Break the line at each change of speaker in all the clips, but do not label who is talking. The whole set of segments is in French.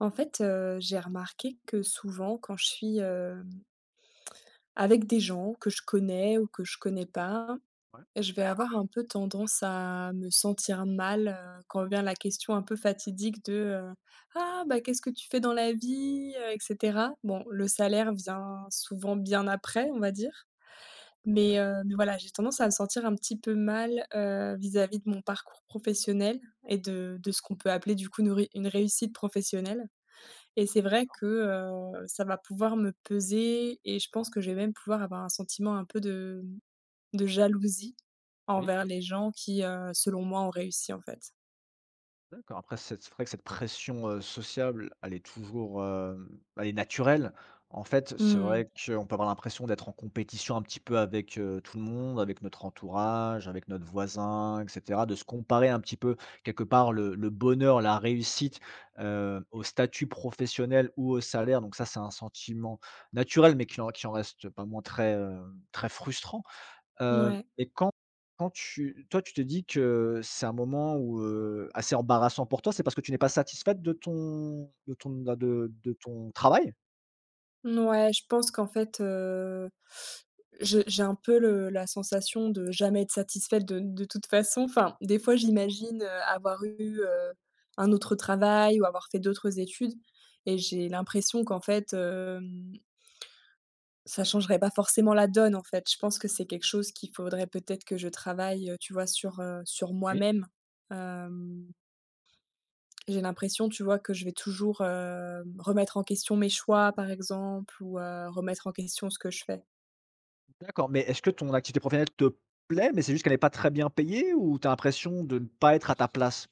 En fait, j'ai remarqué que souvent quand je suis, avec des gens que je connais ou que je connais pas,
Ouais,
je vais avoir un peu tendance à me sentir mal, quand vient la question un peu fatidique de: «Ah bah, qu'est-ce que tu fais dans la vie?» Et cetera. Bon, le salaire vient souvent bien après, on va dire.
OK.
Mais voilà, j'ai tendance à me sentir un petit peu mal, vis-à-vis de mon parcours professionnel et de ce qu'on peut appeler du coup une réussite professionnelle. Et c'est vrai que, ça va pouvoir me peser et je pense que je vais même pouvoir avoir un sentiment un peu de jalousie
Oui,
envers les gens qui, selon moi, ont réussi, en fait.
d'accord. Après, c'est vrai que cette pression, sociable, elle est toujours, elle est naturelle. En fait, c'est
Mmh.
vrai qu'on peut avoir l'impression d'être en compétition un petit peu avec, tout le monde, avec notre entourage, avec notre voisin, et cetera, de se comparer un petit peu, quelque part, le bonheur, la réussite, au statut professionnel ou au salaire. Donc ça, c'est un sentiment naturel, mais qui en reste pas moins très, très frustrant.
Ouais.
Mais quand quand tu toi, tu te dis que c'est un moment où, assez embarrassant pour toi, c'est parce que tu n'es pas satisfaite de ton bah, de ton travail?
Mouais, je pense qu'en fait, je j'ai un peu le la sensation de jamais être satisfaite de toute façon. Enfin, des fois, j'imagine, avoir eu, un autre travail ou avoir fait d'autres études et j'ai l'impression qu'en fait, ça changerait pas forcément la donne, en fait. Je pense que c'est quelque chose qu'il faudrait peut-être que je travaille, tu vois, sur
Oui.
moi-même. Hem, j'ai l'impression, tu vois, que je vais toujours, remettre en question mes choix, par exemple, ou, remettre en question ce que je fais.
D'accord, mais est-ce que ton activité professionnelle te plaît, mais c'est juste qu'elle n'est pas très bien payée ou tu as l'impression de ne pas être à ta place?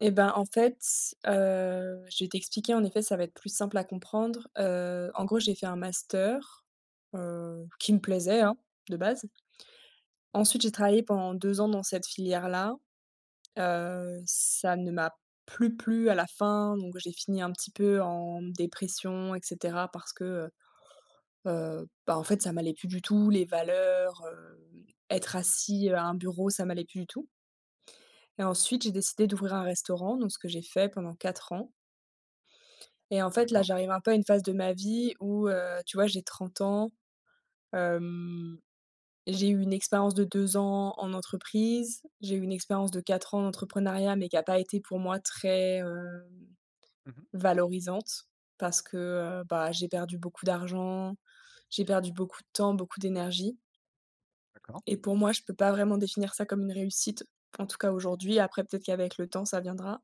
Et ben, en fait, je vais t'expliquer, en effet, ça va être plus simple à comprendre. En gros, j'ai fait un master, qui me plaisait, hein, de base.
D'accord,
Ensuite, j'ai travaillé pendant 2 ans dans cette filière-là. Ça ne m'a plus plu à la fin, donc j'ai fini un petit peu en dépression et cetera parce que, bah, en fait, ça m'allait plus du tout, les valeurs, être assis, à un bureau, ça m'allait plus du tout et ensuite, j'ai décidé d'ouvrir un restaurant, donc ce que j'ai fait pendant 4 ans et en fait, là,
d'accord.
j'arrive un peu à une phase de ma vie où, tu vois, j'ai 30 ans, hem, j'ai eu une expérience de 2 ans en entreprise, j'ai eu une expérience de 4 ans en entrepreneuriat mais qui a pas été pour moi très,
Mmh.
valorisante parce que, bah, j'ai perdu beaucoup d'argent, j'ai perdu beaucoup de temps, beaucoup d'énergie
D'accord.
et pour moi, je peux pas vraiment définir ça comme une réussite, en tout cas aujourd'hui. Après, peut-être qu'avec le temps, ça viendra.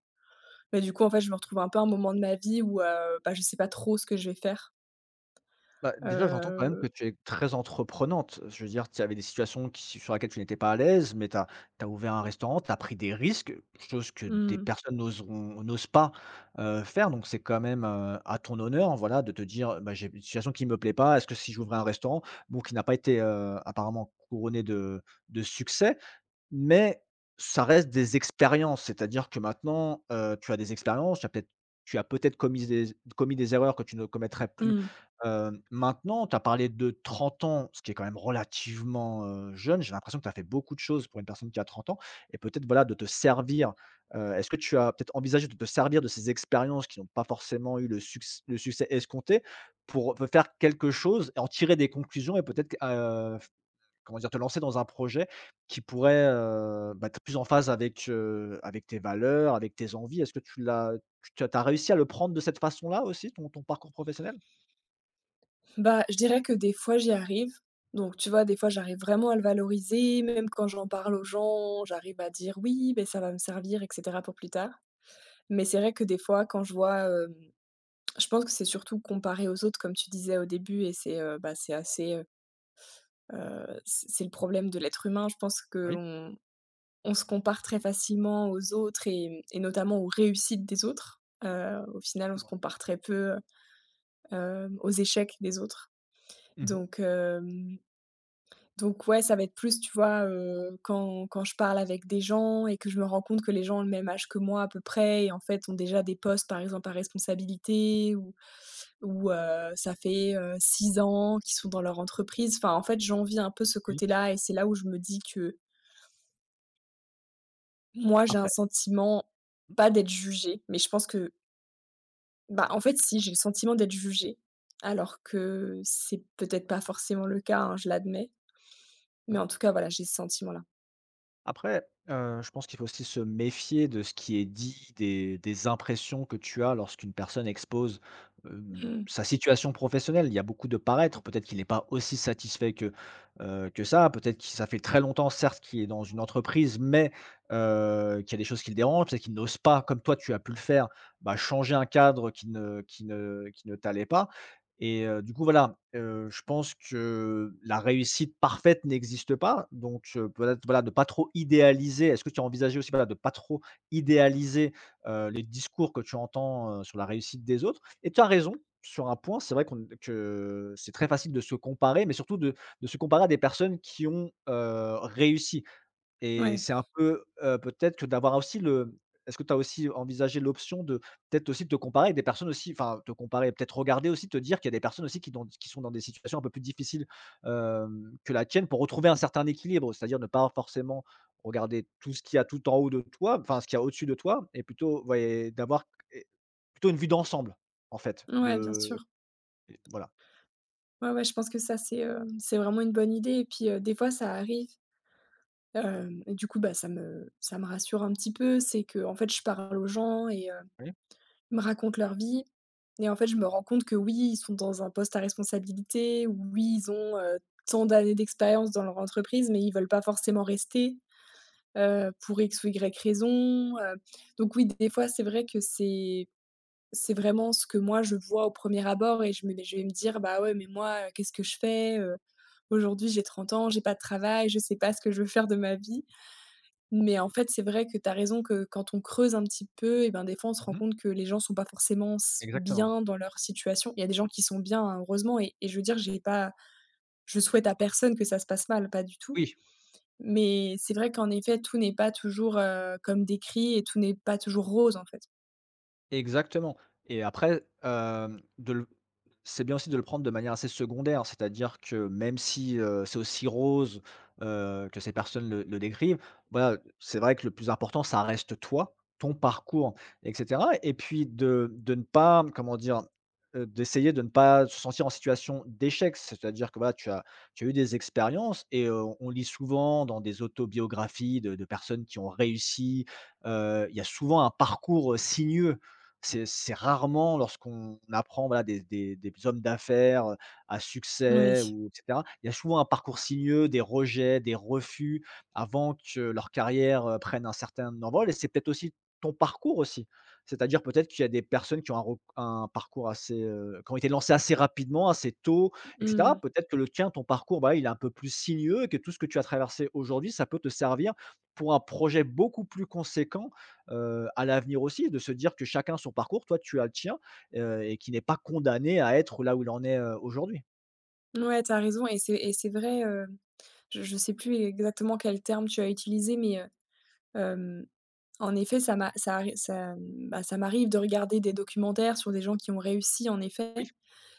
Mais du coup, en fait, je me retrouve un peu à un moment de ma vie où, bah, je sais pas trop ce que je vais faire.
Bah, déjà, j'entends quand même
Heu,
que tu es très entreprenante. Je veux dire, tu avais des situations qui sur laquelle tu n'étais pas à l'aise, mais tu as ouvert un restaurant, tu as pris des risques, chose que des
mmh,
personnes n'osent pas, faire. Donc c'est quand même, à ton honneur, voilà, de te dire: «Bah, j'ai une situation qui ne me plaît pas. Est-ce que si j'ouvrais un restaurant?» bon, qui n'a pas été, apparemment couronné de succès, mais ça reste des expériences, c'est-à-dire que maintenant, tu as des expériences, tu as peut-être commis des erreurs que tu ne commettrais plus,
mmh.
maintenant. Tu as parlé de 30 ans, ce qui est quand même relativement, jeune. J'ai l'impression que tu as fait beaucoup de choses pour une personne qui a 30 ans et peut-être, voilà, de te servir, est-ce que tu as peut-être envisagé de te servir de ces expériences qui n'ont pas forcément eu le succès escompté pour, faire quelque chose et en tirer des conclusions et peut-être, q Comment dire? Te lancer dans un projet qui pourrait, être plus en phase avec, avec tes valeurs, avec tes envies. Est-ce que tu l'as tu as réussi à le prendre de cette façon-là aussi, ton parcours professionnel?
Bah, je dirais que des fois, j'y arrive. Donc tu vois, des fois, j'arrive vraiment à le valoriser, même quand j'en parle aux gens, j'arrive à dire: «Oui, mais ça va me servir et cetera pour plus tard». Mais c'est vrai que des fois, quand je vois, je pense que c'est surtout comparé aux autres, comme tu disais au début et c'est, bah, c'est assez, c'est le problème de l'être humain. Je pense
Oui,
qu'on on se compare très facilement aux autres et notamment aux réussites des autres. Au final, on
c'est
se
vrai.
compare très peu, aux échecs des autres.
Mmh.
Donc hem, donc ouais, ça va être plus, tu vois, quand je parle avec des gens et que je me rends compte que les gens ont le même âge que moi à peu près et en fait ont déjà des postes, par exemple, à responsabilité ou où ça fait, 6 ans qu'ils sont dans leur entreprise. Enfin, en fait, j'envie un peu ce
Oui.
côté-là et c'est là où je me dis que moi, j'ai un
Après.
sentiment, pas d'être jugée, mais je pense que bah, en fait, si, j'ai le sentiment d'être jugée, alors que c'est peut-être pas forcément le cas, hein, je l'admets. Mais
Mmh.
en tout cas, voilà, j'ai ce sentiment-là.
Après, je pense qu'il faut aussi se méfier de ce qui est dit, des impressions que tu as lorsqu'une personne expose,
Mmh.
sa situation professionnelle. Il y a beaucoup de paraître, peut-être qu'il n'est pas aussi satisfait que ça, peut-être que ça fait très longtemps certes qu'il est dans une entreprise, mais, qu'il y a des choses qui le dérangent, peut-être qu'il n'ose pas, comme toi tu as pu le faire, bah, changer un cadre qui ne t'allait pas. Et du coup, voilà, je pense que la réussite parfaite n'existe pas, donc peut-être, voilà, de pas trop idéaliser. Est-ce que tu as envisagé aussi, voilà, de pas trop idéaliser, les discours que tu entends, sur la réussite des autres? Et tu as raison sur un point, c'est vrai qu'on que c'est très facile de se comparer, mais surtout de se comparer à des personnes qui ont, réussi. Et
Ouais,
c'est un peu, peut-être que d'avoir aussi le est-ce que tu as aussi envisagé l'option de peut-être aussi te comparer avec des personnes aussi enfin te comparer, peut-être regarder aussi, te dire qu'il y a des personnes aussi qui sont dans des situations un peu plus difficiles, que la tienne pour retrouver un certain équilibre? C'est-à-dire ne pas forcément regarder tout ce qu'il y a tout en haut de toi, enfin ce qu'il y a au-dessus de toi et plutôt ouais, d'avoir et plutôt une vue d'ensemble en fait
ouais, bien sûr.
de voilà.
Ouais, ouais, je pense que ça, c'est vraiment une bonne idée et puis, des fois, ça arrive, hem et du coup, bah, ça me rassure un petit peu. C'est que en fait, je parle aux gens et
Oui.
me racontent leur vie et en fait, je me rends compte que oui, ils sont dans un poste à responsabilité, oui, ils ont, tant d'années d'expérience dans leur entreprise, mais ils veulent pas forcément rester, pour X ou Y raison, donc oui, des fois, c'est vrai que c'est vraiment ce que moi je vois au premier abord et je vais me dire: «Bah, ouais, mais moi, qu'est-ce que je fais? Aujourd'hui, j'ai 30 ans, j'ai pas de travail, je sais pas ce que je veux faire de ma vie». Mais en fait, c'est vrai que tu as raison que quand on creuse un petit peu et ben, des fois, on se rend
Mmh.
compte que les gens sont pas forcément s
Exactement.
bien dans leur situation. Il y a des gens qui sont bien, hein, heureusement et je veux dire, j'ai pas je souhaite à personne que ça se passe mal, pas du tout.
Oui.
Mais c'est vrai qu'en effet, tout n'est pas toujours, comme décrit et tout n'est pas toujours rose, en fait.
Exactement et après, hem, de le c'est bien aussi de le prendre de manière assez secondaire. C'est-à-dire que même si, c'est aussi rose, que ces personnes le décrivent, voilà, c'est vrai que le plus important, ça reste toi, ton parcours et cetera et puis de ne pas, comment dire? D'essayer de ne pas se sentir en situation d'échec. C'est-à-dire que, voilà, tu as eu des expériences et on lit souvent dans des autobiographies de personnes qui ont réussi, il y a souvent un parcours, sinueux. C'est rarement lorsqu'on apprend, voilà, des hommes d'affaires, à
Oui.
succès ou et cetera. Il y a souvent un parcours sinueux, des rejets, des refus avant que leur carrière, prenne un certain envol et c'est peut-être aussi ton parcours aussi. C'est-à-dire peut-être qu'il y a des personnes qui ont un parcours assez, qui ont été lancées assez rapidement, assez tôt et
Mmh.
cetera. Peut-être que le tien, ton parcours, voilà, il est un peu plus sinueux et que tout ce que tu as traversé aujourd'hui, ça peut te servir pour un projet beaucoup plus conséquent à l'avenir aussi, de se dire que chacun son parcours, toi tu as le tien, et qui n'est pas condamné à être là où il en est, aujourd'hui.
Ouais, t'as raison et c'est vrai, je sais plus exactement quel terme tu as utilisé mais, en effet, ça m'a ça arri ça, mmh, bah, ça m'arrive de regarder des documentaires sur des gens qui ont réussi en effet
Oui.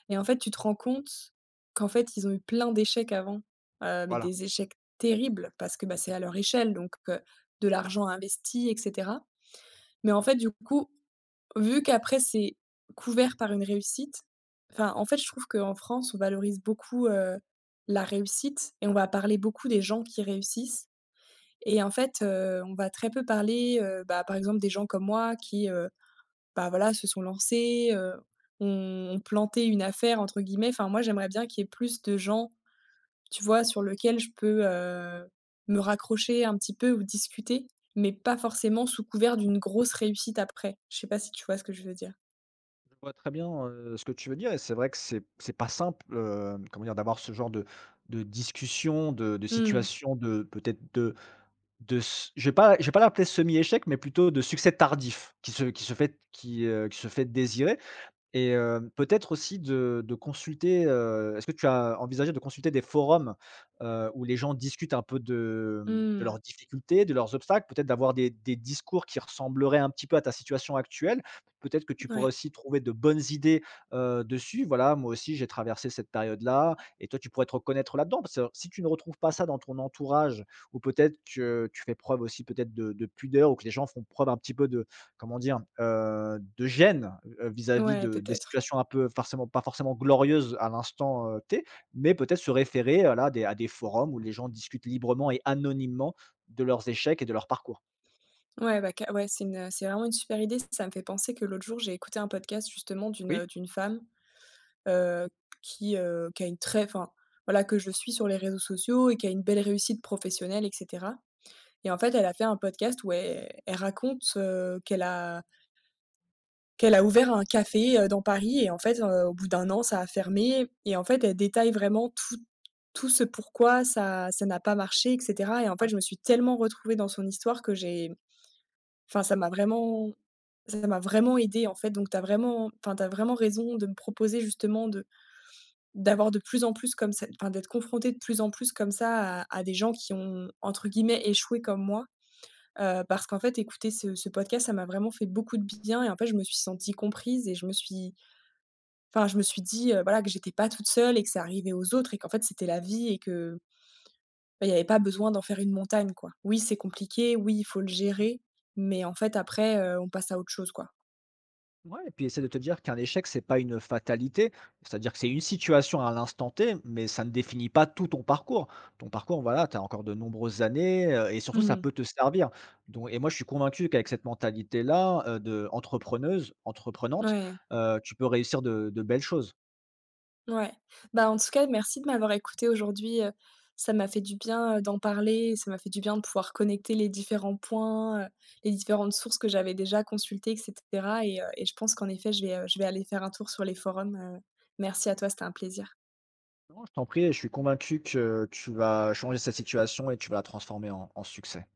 et en fait, tu te rends compte qu'en fait, ils ont eu plein d'échecs avant, mais
Voilà.
des échecs terribles parce que, bah, c'est à leur échelle donc de l'argent investi et cetera. Mais en fait, du coup, vu qu'après c'est couvert par une réussite, enfin, en fait, je trouve qu'en France, on valorise beaucoup, la réussite et on va parler beaucoup des gens qui réussissent et en fait, on va très peu parler, bah, par exemple des gens comme moi qui, bah, voilà, se sont lancés, ont planté une affaire entre guillemets. Enfin moi, j'aimerais bien qu'il y ait plus de gens, tu vois, sur lequel je peux, me raccrocher un petit peu ou discuter, mais pas forcément sous couvert d'une grosse réussite après. Je sais pas si tu vois ce que je veux dire?
Je vois très bien, ce que tu veux dire et c'est vrai que c'est pas simple, comment dire? D'avoir ce genre de discussion, de
Mmh.
situation, de peut-être de s je vais pas l'appeler semi-échec, mais plutôt de succès tardif qui se fait désirer. Et peut-être aussi de consulter, est-ce que tu as envisagé de consulter des forums, où les gens discutent un peu de, de
Mmh.
leurs difficultés, de leurs obstacles? Peut-être d'avoir des discours qui ressembleraient un petit peu à ta situation actuelle? Peut-être que tu pourrais
Ouais.
aussi trouver de bonnes idées, dessus. Voilà, moi aussi j'ai traversé cette période-là et toi tu pourrais te reconnaître là-dedans. Parce que si tu ne retrouves pas ça dans ton entourage ou peut-être que tu fais preuve aussi peut-être de pudeur ou que les gens font preuve un petit peu de, comment dire? De gêne, vis-à-vis
Ouais,
de des
peut-être.
situations un peu forcément pas forcément glorieuses à l'instant, T, mais peut-être se référer, là, à des forums où les gens discutent librement et anonymement de leurs échecs et de leur parcours.
Ouais, bah, ca ouais, c'est une, c'est vraiment une super idée. Ça me fait penser que l'autre jour, j'ai écouté un podcast justement
Oui.
d'une femme heu, qui a voilà, que je suis sur les réseaux sociaux et qui a une belle réussite professionnelle et cetera et en fait, elle a fait un podcast où elle raconte, qu'elle a ouvert un café, dans Paris et en fait, au bout d'un an, ça a fermé et en fait, elle détaille vraiment tout ce pourquoi ça n'a pas marché et cetera et en fait, je me suis tellement retrouvée dans son histoire que enfin, ça m'a vraiment ça m'a vraiment aidée, en fait, donc t'as vraiment raison de me proposer justement de D'avoir de plus en plus comme ça enfin, d'être confronté de plus en plus comme ça à des gens qui ont entre guillemets «échoué» comme moi, parce qu'en fait écouter ce podcast, ça m'a vraiment fait beaucoup de bien et en fait je me suis sentie comprise et je me suis enfin je me suis dit, voilà que j'étais pas toute seule et que ça arrivait aux autres et qu'en fait c'était la vie et que, bah, il n'y avait pas besoin d'en faire une montagne, quoi. Oui, c'est compliqué, oui, il faut le gérer, mais en fait après, on passe à autre chose, quoi.
Ouais et puis essaie de te dire qu'un échec, c'est pas une fatalité. C'est-à-dire que c'est une situation à l'instant T, mais ça ne définit pas tout ton parcours. Ton parcours, voilà, tu as encore de nombreuses années, et surtout ça
Mmh.
peut te servir. Donc et moi, je suis convaincu qu'avec cette mentalité-là, de entrepreneuse entreprenante,
Ouais.
tu peux réussir de belles choses.
Ouais. Bah, en tout cas, merci de m'avoir écoutée aujourd'hui, ça m'a fait du bien, d'en parler, ça m'a fait du bien de pouvoir connecter les différents points, les différentes sources que j'avais déjà consultées et cetera et je pense qu'en effet, je vais aller faire un tour sur les forums. Merci à toi, c'était un plaisir.
Non, je t'en prie, je suis convaincu que tu vas changer cette situation et tu vas la transformer en succès.